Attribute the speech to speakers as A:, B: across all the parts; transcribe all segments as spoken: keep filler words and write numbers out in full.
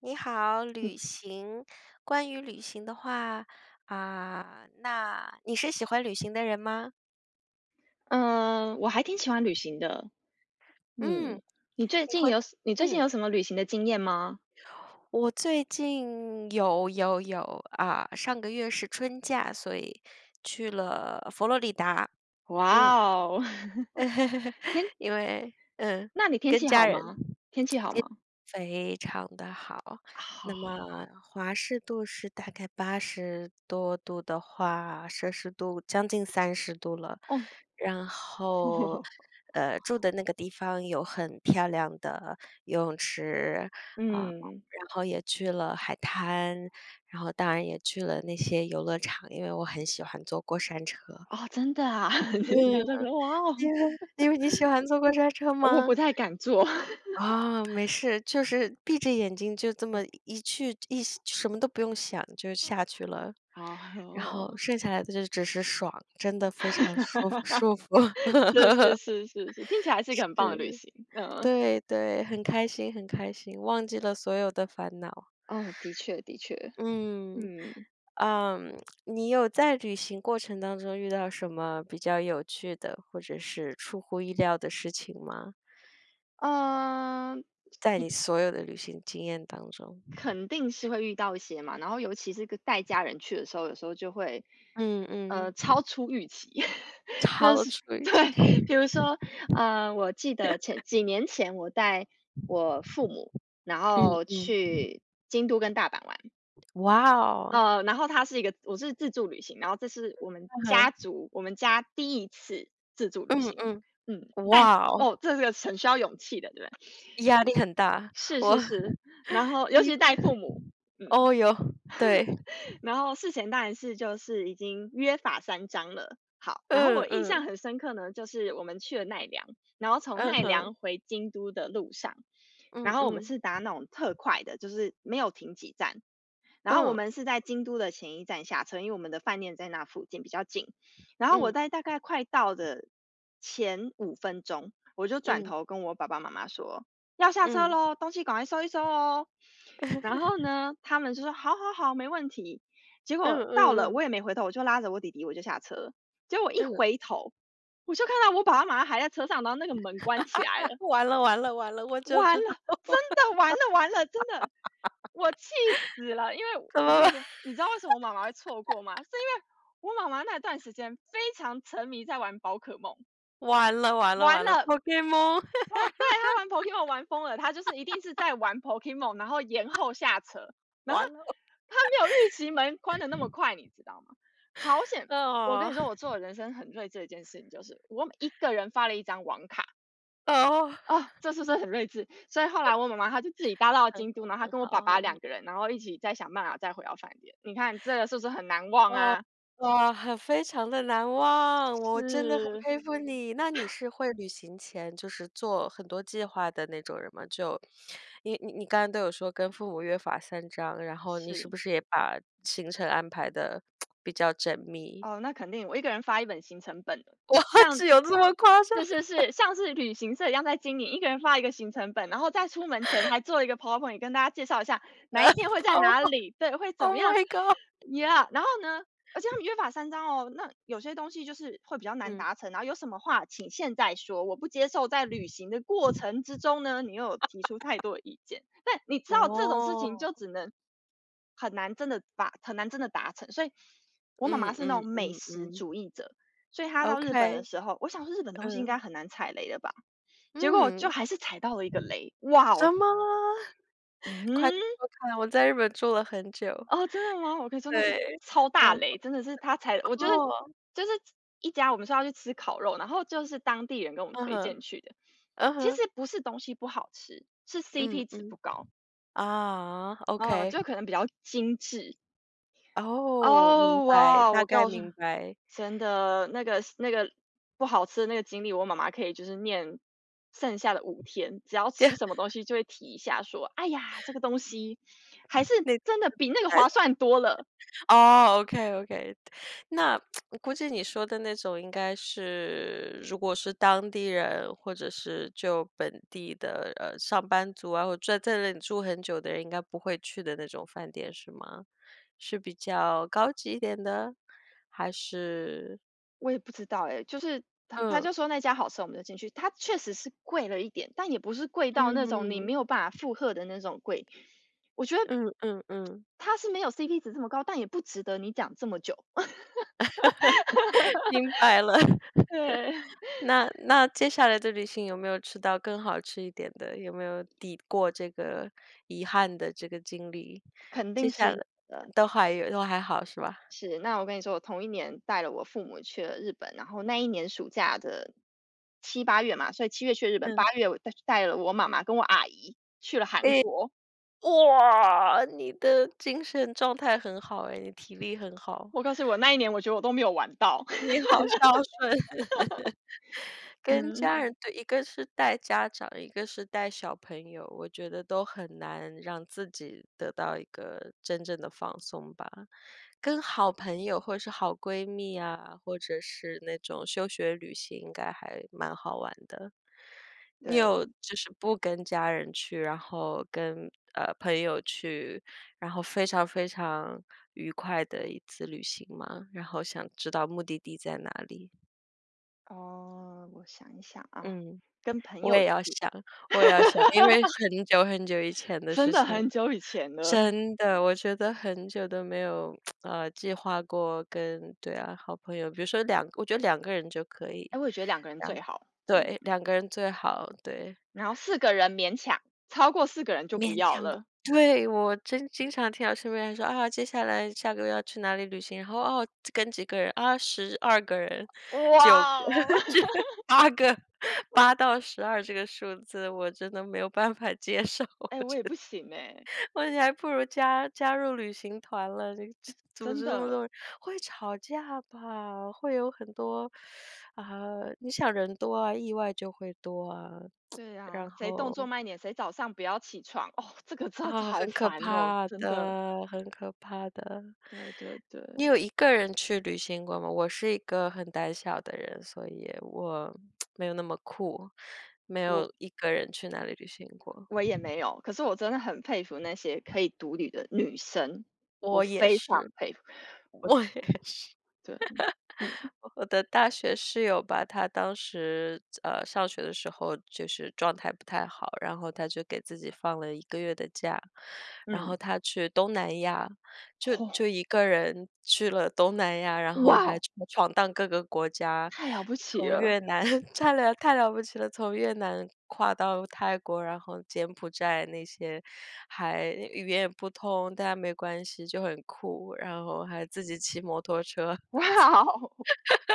A: 你好，旅行。关于旅行的话，啊，那你是喜欢旅行的人吗？
B: 嗯，我还挺喜欢旅行的。
A: 嗯，
B: 嗯，你最
A: 你
B: 近
A: 会
B: 有你最近
A: 嗯，
B: 有什么旅行的经验吗？
A: 我最近有有有啊，上个月是春假，所以去了佛罗里达。
B: 哇
A: 嗯，
B: 哦，天，
A: 因为嗯，
B: 那你天
A: 跟
B: 气
A: 家
B: 好
A: 人。
B: 吗？天气好吗？
A: 非常的好。那
B: 好，
A: 么华氏度是大概八十多度的话，摄氏度将近三十度了。
B: 哦，
A: 然后，呃，住的那个地方有很漂亮的游泳池，啊，
B: 嗯，
A: 然后也去了海滩，然后当然也去了那些游乐场，因为我很喜欢坐过山车。
B: 哦，真的啊，你是喜
A: 嗯，
B: 欢这个？哇哦，
A: 因为因为你喜欢坐过山车
B: 我
A: 吗？
B: 不太敢做。
A: 啊，没事，就是闭着眼睛就这么一去一什么都不用想就下去了，然后
B: 哦，
A: 剩下来的就只是爽，真的非常舒服舒服。
B: 是是是是是，听起来是一个很棒的旅行。嗯，
A: 对对，很开心很开心，忘记了所有的烦恼。
B: 哦，的确的确，
A: 嗯，
B: 嗯，
A: 嗯，你有在旅行过程当中遇到什么比较有趣的，或者是出乎意料的事情吗？
B: 嗯。
A: 在你所有的旅行经验当中。
B: 肯定是会遇到一些嘛，然后尤其是跟带家人去的时候，有时候就会，
A: 嗯
B: 呃，
A: 嗯，
B: 超出预期，就
A: 超
B: 是
A: 出预期，
B: 对，比如说，呃，我记得前几年前我带我父母，然
A: 嗯
B: 后
A: 嗯。
B: 去京都跟大阪玩，
A: 哇哦，
B: 呃，然后它是一个我是自助旅行，然后这是我们
A: 嗯
B: 家
A: 哼，
B: 族我们家第一次自助旅
A: 嗯
B: 行，
A: 嗯，
B: 嗯，带
A: 哇哦，
B: 哦，这是个很需要勇气的，对不对？
A: 压力很大。
B: 是
A: 我
B: 是是，然 后尤
A: 第
B: 其
A: 一
B: 是带父母，嗯。
A: 哦哟，对，
B: 然后事前当然是就是已经约法三章了。好，然后
A: 嗯
B: 我印
A: 嗯，
B: 象很深刻呢，就是我们去了奈良，然后从
A: 嗯
B: 奈
A: 哼，
B: 良回京都的路上，
A: 嗯
B: 然后我们
A: 嗯，
B: 是搭那种特快的，就是没有停几站。然后我
A: 嗯
B: 们是在京都的前一站下车，因为我们的饭店在那附近比较近。然后
A: 嗯
B: 我在大概快到的前五分钟，我就转
A: 嗯
B: 头跟我爸爸妈妈说要下车
A: 嗯
B: 喽，东西赶快收一收哦。然后呢，他们就说好好好，没问题。结
A: 嗯
B: 果到了，
A: 嗯嗯
B: 我也没回头，我就拉着我弟弟我就下车。结果我一
A: 嗯，
B: 回头，我就看到我爸爸妈妈还在车上，然后那个门关起来了。
A: 完了完了完了，我就
B: 完
A: 知道
B: 了，真的完了完了，真的，我气死了！因为
A: 怎
B: 我
A: 么
B: 跟你
A: 办，
B: 说，你知道为什么我妈妈会错过吗？是因为我妈妈那段时间非常沉迷在玩宝可梦，
A: 完了完了
B: 完
A: 完了
B: 了
A: ，Pokemon，
B: 哦，对，他玩 Pokemon 玩疯了，他就是一定是在玩 Pokemon，然后延后下车，然后
A: 完了，
B: 他没有预期门关的那么快，你知道吗？好 险！我跟
A: 哦
B: 你说，我做了人生很睿智的一件事情，就是我一个人发了一张网卡
A: 哦，
B: 啊、这是不是很睿智？所以后来我妈妈她就自己搭到
A: 很
B: 京
A: 好
B: 都，然后她
A: 很
B: 跟我爸
A: 好
B: 爸
A: 很好。
B: 两个人，然后一起再想办法再回到饭店。你看这个是不是很难忘
A: 哦，
B: 啊？
A: 哇，很非常的难忘，我真的很
B: 是
A: 佩服你。那你是会旅行前就是做很多计划的那种人吗？就你你你刚刚都有说跟父母约法三章，然后你是
B: 是。
A: 不是也把行程安排的比较缜密？
B: 哦，那肯定，我一个人发一本行程本的
A: 哇，
B: 像
A: 只有这么夸张
B: 是是是，像是旅行社一样在经营，一个人发一个行程本，然后在出门前还做一个 PowerPoint 跟大家介绍一下哪一天会
A: p o
B: 在
A: w e
B: 哪
A: r
B: 里，对，会怎
A: o
B: 么
A: h
B: 样
A: my god！
B: ，Yeah，然后呢，而且他们约法三章哦，那有些东西就是会比较难
A: 嗯，
B: 达成，然后有什么话请现在说，我不接受在旅行的过程之中呢，你又有提出太多的意见。但你知道这种事情
A: 哦，
B: 就只能很难真的把很难真的达成，所以我妈妈
A: 嗯
B: 是那
A: 嗯
B: 种美
A: 嗯
B: 食
A: 嗯
B: 主义者，所以她到日本
A: ，OK，
B: 的时候，我想说日本东西应
A: 嗯，
B: 该很难踩雷的吧，结果
A: 嗯，
B: 就还是踩到了一个雷，哇
A: 什
B: 哦，
A: 么？快说
B: 嗯，
A: 说看，我在日本住了很久。
B: 哦，真的吗？我可以说那是
A: 对，
B: 超大
A: 然
B: 雷，真的是她踩，我就是
A: 后
B: 就是一家我们说要去吃烤肉，然后就是当地人跟我们
A: 嗯
B: 推
A: 哼，
B: 荐去的，
A: 嗯
B: 其
A: 哼，
B: 实不是东西不好吃，是
A: 嗯
B: C P 值
A: 嗯，
B: 不高。
A: 啊
B: 啊，
A: ，OK，
B: 就可能比较精致，
A: 哦，明
B: 哦，
A: 白，
B: 哇哦！
A: 大
B: 我
A: 概
B: 告诉你，
A: 明白，
B: 真的，那个那个不好吃的那个经历，我妈妈可以就是念剩下的五天，只要
A: 对，
B: 吃什么东西就会提一下说：“哎呀，这个东西还是
A: 那点
B: 真的比那个
A: 难
B: 划算多了。”
A: 哦，OK，OK，那估计你说的那种应该是，如果是当地人或者是就本地的，呃，上班族啊，或者在那里住很久的人应该不会去的那种饭店是吗？是比较高级一点的？还是
B: 我也不知道哎，就是他他
A: 嗯，
B: 就说那家好吃，我们就进去。它确实是贵了一点，但也不是贵到那种你
A: 嗯。
B: 没有办法负荷的那种贵。我觉得
A: 嗯嗯嗯，
B: 它是没有 C P 值这么高，但也不值得你讲这么久。
A: 明白了。
B: 对，
A: 那那接下来的旅行有没有吃到更好吃一点的？有没有抵过这个遗憾的这个经历？
B: 肯
A: 接
B: 定
A: 下
B: 是
A: 来
B: 有的。
A: 都还有，都还好是吧？
B: 是，那我跟你说，我同一年带了我父母去了日本，然后那一年暑假的七八月嘛，所以七月去日本
A: 嗯，
B: 八月我带带了我妈妈跟我阿姨去了韩
A: 诶，
B: 国。
A: 哇，你的精神状态很好诶，你体力很好，
B: 我告诉 你我那一年我觉得我都没有玩到。
A: 你 好孝顺。跟家
B: 嗯，
A: 嗯人对，一个是带家长，一个是带小朋友，我觉得都很难让自己得到一个真正的放松吧。跟好朋友或者是好闺蜜啊，或者是那种休学旅行，应该还蛮好玩的。你
B: 对，
A: 有就是不跟家人去，然后跟，呃，朋友去，然后非常非常愉快的一次旅行吗？然后想知道目的地在哪里？
B: 哦，我想一想啊，
A: 嗯。
B: 跟朋
A: 我
B: 友
A: 也要
B: 去，
A: 想，我也要想，因为 很久很久以前的
B: 真
A: 事
B: 的
A: 情了。
B: 很久以前了。
A: 真的，我觉得很久都没有，呃，计划过跟对啊，好朋友，比如说两我觉得两个人就可以，
B: 哎，我也觉得两个人
A: 两
B: 最好，真的。
A: 对两个人最好，对。
B: 然后四个人勉强，超过四个人就不
A: 勉
B: 要
A: 强吧。
B: 了。
A: 对，我真经常听到身边人说啊，接下来下个月要去哪里旅行，然后哦，跟几个人啊十二个人
B: 哇
A: 九个，
B: 哦，
A: 这 八个八到十二这个数字，我真的没有办法接受。
B: 哎，我也不行哎，
A: 我你还不如加加入旅行团了，这个这组
B: 真
A: 织这么
B: 的。
A: 多人，会吵架吧？会有很多啊，你想人多啊，意外就会多啊，
B: 对
A: 然
B: 呀，谁动作
A: 后
B: 慢一点，谁早上不要起床，哦，这个真的
A: 啊，
B: 好
A: 很可
B: 烦哦，
A: 怕
B: 真的。
A: 的，很可怕的。
B: 对对对，
A: 你有一个人去旅行过吗？我是一个很胆小的人，所以我没有那么酷，没
B: 我
A: 有一个人去哪里旅行过。
B: 我也没有，可是我真的很佩服那些可以独旅的女生，我
A: 我也
B: 非常
A: 是，
B: 佩服。
A: 我也
B: 对，嗯
A: 我的大学室友吧，她当时呃上学的时候就是状态不太好，然后她就给自己放了一个月的假，然
B: 嗯，
A: 后她去东南亚，就
B: 哦，
A: 就一个人去了东南亚，然
B: 哇
A: 后还
B: 哦
A: 去闯荡各个国家，
B: 太了不起
A: 从
B: 了，
A: 越南 太了太了不起了，从越南跨到泰国，然后柬埔寨那些，还语言也不通，但没关系，就很酷，然后还自己骑摩托车。
B: 哇哦，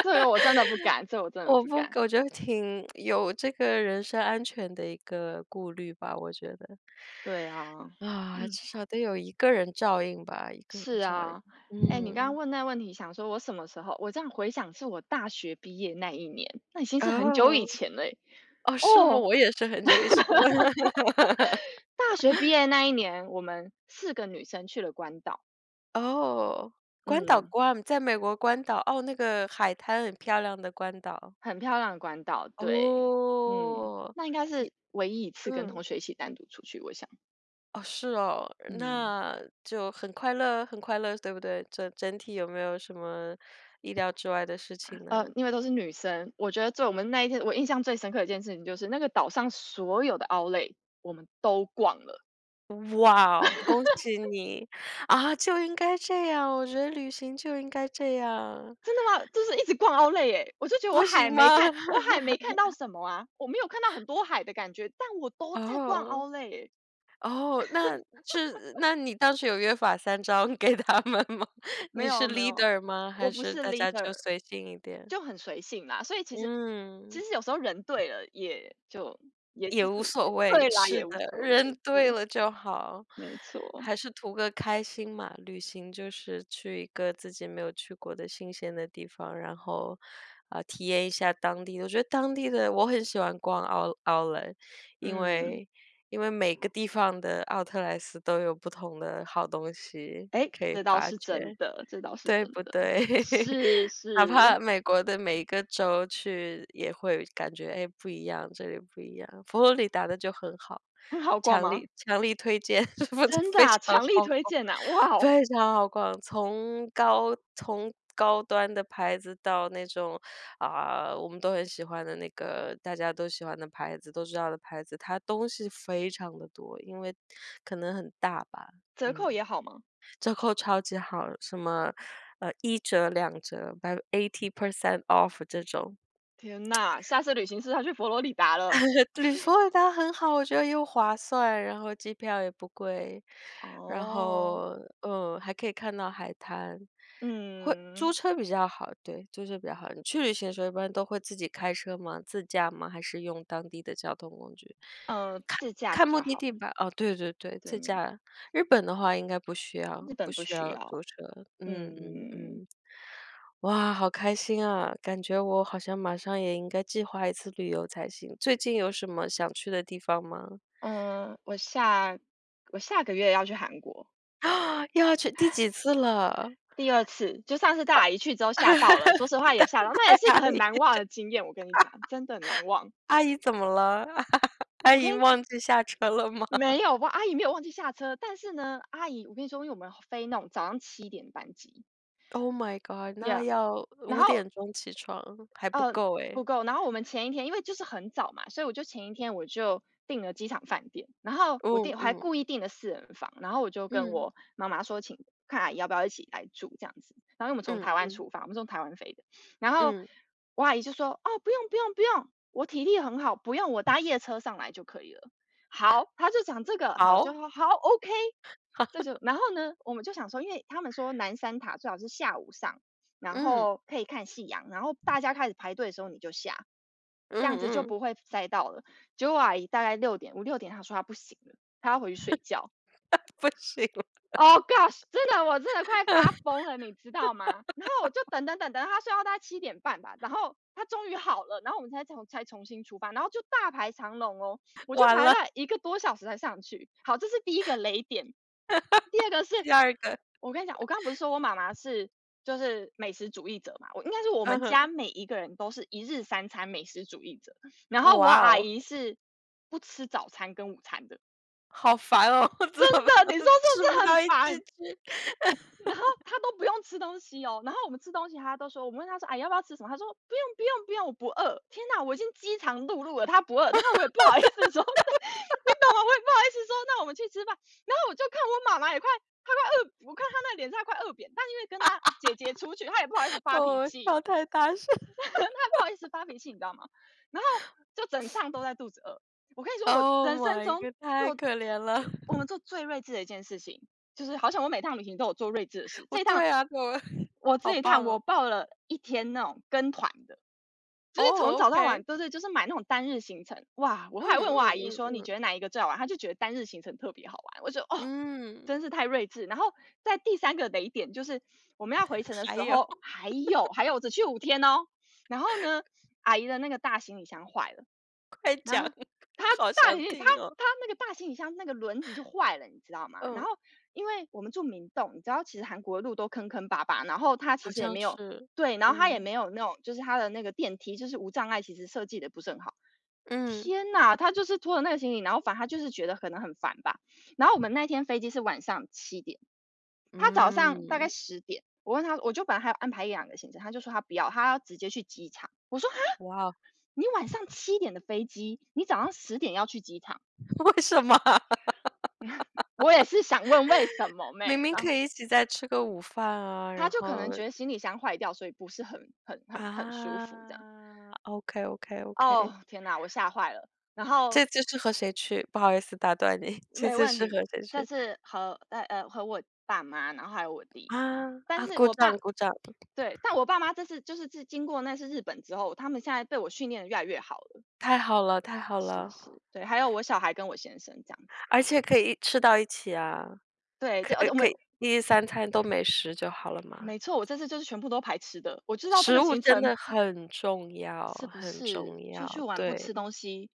B: 这个我真的不敢，这个我真的
A: 我
B: 不
A: 不
B: 敢。
A: 我觉得挺有这个人身安全的一个顾虑吧，我觉得。
B: 对啊，
A: 啊，
B: 嗯。
A: 至少得有一个人照应吧，一个人
B: 是
A: 照应。
B: 啊，哎，你刚刚
A: 嗯，
B: 问那问题，想说我什么时候？我这样回想，是我大学毕业那一年，那已经是很久以
A: 哦，
B: 前了欸。
A: 哦，是吗？
B: 哦，
A: 我也是很久以前了。
B: 大学毕业那一年，我们四个女生去了关岛，
A: 哦，关岛
B: 嗯，
A: 关在美国关岛，哦，那个海滩很漂亮的关岛。
B: 很漂亮的关岛，对，嗯，
A: 哦，
B: 那应该
A: 你
B: 是唯一一次跟
A: 嗯，
B: 同学一起单独出去，我想，
A: 哦，是哦，
B: 嗯，
A: 那就很快乐很快乐，对不对？整整体有没有什么意料之外的事情呢？
B: 呃，因为都是女生，我觉得最我们那一天，我印象最深刻的一件事情就是那个岛上所有的 outlet 我们都逛了。
A: 哇哦，恭喜你！啊，就应该这样，我觉得旅行就应该这样，
B: 真的吗？就是一直逛奥莱耶，我就觉得我
A: 不
B: 海
A: 行吗？
B: 没看我 海没看到什么啊，我没有看到很多海的感觉，但我都在逛
A: 哦，
B: 奥莱，耶。
A: 哦，那是那你当时有约法三章给他们吗？
B: 没
A: 你是
B: 有没有，
A: leader 吗？
B: 我
A: 还
B: 不
A: 是
B: 是
A: 大家就
B: leader，
A: 随性一点？
B: 就很随性啦。所以其实其
A: 嗯。
B: 实有时候人对了，也就也就
A: 也无
B: 是
A: 所谓，
B: 对啦，
A: 是
B: 也无
A: 的，
B: 所
A: 人
B: 谓。
A: 对
B: 对，
A: 了就好，
B: 没错，
A: 还是图个开心嘛。旅行就是去一个自己没有去过的新鲜的地方，然后，啊，体验一下当地的。我觉得当地的我很喜欢逛奥奥兰，因
B: 嗯，
A: 为因为每个地方的奥特莱斯都有不同的好东西
B: 哎，
A: 可以
B: 这倒
A: 发
B: 是
A: 掘。
B: 真的，这倒是
A: 对
B: 真
A: 不
B: 的。
A: 对？
B: 是 是，
A: 哪怕美国的每一个州去也会感觉，哎，不一样，这里不一样。佛罗里达的就很好，
B: 很好逛
A: 强
B: 吗？
A: 力强力推荐，不是
B: 真的
A: 非
B: 啊，
A: 常
B: 强力
A: 好
B: 推
A: 逛，
B: 荐呐，哇哦，
A: 非常好逛。从高从高端的牌子到那种啊、我们都很喜欢的那个大家都喜欢的牌子，都知道的牌子，它东西非常的多，因为可能很大吧，
B: 折
A: 嗯。
B: 扣也好吗？
A: 折扣超级好，什么，呃，一折、两折、y eighty percent off 这种。
B: 天呐，下次旅行是要去佛罗里达了。
A: 旅佛罗达很好，我觉得又划算，然后机票也不贵，然
B: 哦，
A: 后，嗯，还可以看到海滩。会租
B: 嗯，
A: 车比较好，对，租车比较好。你去旅行的时候一般都会自己开车吗？自驾吗？还是用当地的交通工具？
B: 呃，自驾
A: 看
B: 比
A: 目
B: 较
A: 的
B: 好，
A: 地吧，哦，对对对，自
B: 对，
A: 驾。日本的话应该不需要
B: 日
A: 不
B: 本不
A: 需
B: 需
A: 要租
B: 要。
A: 车，嗯嗯
B: 嗯，
A: 嗯。哇，好开心啊，感觉我好像马上也应该计划一次旅游才行。最近有什么想去的地方吗？
B: 呃，我下我下个月要去韩国，
A: 啊，又要去第几次了？
B: 第二次，就上次带阿姨去之后吓到了，说实话也吓到，那也是一
A: 阿
B: 个很
A: 姨
B: 难忘的经验，我跟你讲，真的很难忘。
A: 阿姨怎么了？阿
B: 我跟
A: 姨
B: 你
A: 忘记下车了吗
B: 没有吧，阿姨没有忘记下车，但是呢，阿姨我跟你说，因为我们飞那种早上七点的班机
A: ？Oh my god，那
B: ，yeah。
A: 要
B: 然
A: 五
B: 后
A: 点钟起床，还不
B: 呃，
A: 够哎。
B: 不够。然后我们前一天因为就是很早嘛，所以我就前一天我就订了机场饭店，然后我
A: 嗯
B: 订我还
A: 嗯，
B: 故意订了四人房，然后我就跟
A: 嗯，
B: 我妈妈说，请看阿姨要不要一起来住这样子。然后因为我们从
A: 嗯
B: 台湾
A: 嗯，
B: 出发，我们从台湾飞的，然后
A: 嗯，
B: 我阿姨就说，哦，不用不用不用，我体力很好，不用我搭夜车上来就可以了。好，她就讲这个，好，就
A: 好。
B: 好好 OK。这就然后呢，我们就想说，因为他们说南山塔最好是下午上，然
A: 嗯，
B: 后可以看夕阳，然后大家开始排队的时候你就下，
A: 嗯
B: 这样子就
A: 嗯，
B: 不会塞到了。结果我阿姨大概六点，五六点她说她不行了，她要回去睡觉。
A: 不行，
B: Oh gosh！真的，我真的快发 疯了，你知道吗？然后我就等等等等，他睡到大概七点半吧，然后他终于好了，然后我们才重才重新出发，然后就大排长龙哦，我就
A: 完
B: 排
A: 了，
B: 了一个多小时才上去。好，这是第一个雷点。第二个是，
A: 第二个，
B: 我跟你讲，我刚刚不是说我妈妈是就是美食主义者嘛，我应该是我
A: 嗯
B: 们
A: 哼，
B: 家每一个人都是一日三餐美食主义者，然后我
A: 哇
B: 阿
A: 哦，
B: 姨是不吃早餐跟午餐的。
A: 好烦哦，怎
B: 真
A: 么办？
B: 的，你说 是
A: 吃
B: 不
A: 不
B: 是很
A: 到一只
B: 烦？
A: 鸡
B: 然后他都不用吃东西哦，然后我们吃东西，他都说我们问他说："哎，要不要吃什么？"他说："不用，不用，不用，我不饿。"天哪，我已经饥肠辘辘了，他不饿，然后我也不好意思说，你懂吗？我也不好意思说，那我们去吃饭。然后我就看我妈妈也快，她快饿，我看她那脸上快饿扁，但因为跟她姐姐出去，她也不好意思发脾
A: 哦，
B: 气，
A: 笑太大声
B: 她不好意思发脾气，你知道吗？然后就整仗都在肚子饿。我跟你说，我
A: ，Oh
B: 人生
A: my
B: 中
A: god，太
B: 做
A: 可怜了，
B: 我 们做最睿智的一件事情，就是好像我每趟旅行都有做睿智的事。
A: 不
B: 这一
A: 对
B: 趟
A: 啊，怎么
B: 我
A: 好
B: 这一趟
A: 棒
B: 我
A: 哦，
B: 报了一天那种跟团的，就是从
A: 哦
B: 早到晚，
A: ，OK，
B: 对对，就是买那种单日行程。哇，我后
A: 嗯
B: 来问我
A: 嗯
B: 阿姨
A: 嗯
B: 说："你
A: 嗯，
B: 觉得哪一个最好玩？"她就觉得单日行程特别好玩。我觉得哦，
A: 嗯，
B: 真是太睿智。然后在第三个雷点就是我们要回程的
A: 还
B: 时
A: 有，
B: 候，还有还有我只去五天哦，然后呢，阿姨的那个大行李箱坏了，
A: 快
B: 然
A: 讲，
B: 后他
A: 好
B: 大
A: 想
B: 行李他
A: 听哦，
B: 他那个大行李箱那个轮子就坏了，你知道吗？然
A: 嗯，
B: 后因为我们住明洞，你知道其实韩国的路都坑坑巴巴，然后他
A: 好
B: 其实也
A: 像
B: 没有。
A: 是，
B: 对，然后他也
A: 嗯，
B: 没有那种就是他的那个电梯就是无障碍，其实设计的不是很好。
A: 嗯，
B: 天呐，他就是拖着那个行李，然后反正他就是觉得可能很烦吧。然后我们那天飞机是晚上七点，他早上大概
A: 嗯，
B: 十点，我问他，我就本来还有安排一两个行程，他就说他不要，他要直接去机场。我说啊，
A: 哇哦，
B: 你晚上七点的飞机，你早上十点要去机场，
A: 为什么啊？
B: 我也是想问为什么
A: 明
B: 妹。
A: 明
B: 然
A: 可
B: 后
A: 以一起再吃个午饭啊，
B: 他
A: 然
B: 就可
A: 后
B: 能觉得行李箱坏掉，所以不是很很很很舒服这样。
A: 啊，OK OK OK，
B: 哦，天呐，我吓坏了。然后
A: 这次是和谁去？不好意思打断你，这
B: 没
A: 次
B: 问
A: 是
B: 题，
A: 和谁
B: 但
A: 去？
B: 是和呃呃和我爸妈，然后还有我
A: 啊
B: 弟。嗯，但
A: 啊，
B: 是
A: 鼓
B: 我
A: 掌
B: 爸。
A: 鼓掌，
B: 对，但我爸妈这次就是自经过那次日本之后，他们现在被我训练的越来越好了，
A: 太好了太好
B: 是
A: 了，
B: 是，对，还有我小孩跟我先生这样子。
A: 而且可以吃到一起啊，
B: 对，这
A: 可
B: 而且我
A: 可
B: 们
A: 以一日三餐都美食就好了嘛。
B: 没错，我这次就是全部都排吃的，我知道这
A: 食
B: 个
A: 物
B: 行
A: 真
B: 程
A: 的很重要，
B: 是不
A: 很重
B: 是出去
A: 要。
B: 玩不
A: 对，
B: 吃东西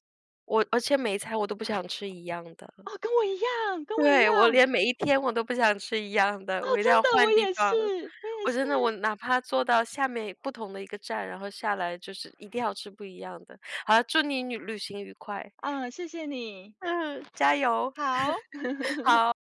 A: 我而且每一餐我都不想吃一样的。
B: 哦，跟我一样，跟我一
A: 对，我
B: 样，
A: 连每一天我都不想吃一样的，
B: 哦，
A: 我一定
B: 真
A: 要
B: 的，我
A: 换地
B: 也
A: 方。
B: 是，我也
A: 我真的我
B: 是，
A: 哪怕坐到下面不同的一个站，然后下来就是一定要吃不一样的。好了，祝你旅旅行愉快。
B: 嗯，谢谢你，
A: 嗯，加油。
B: 好。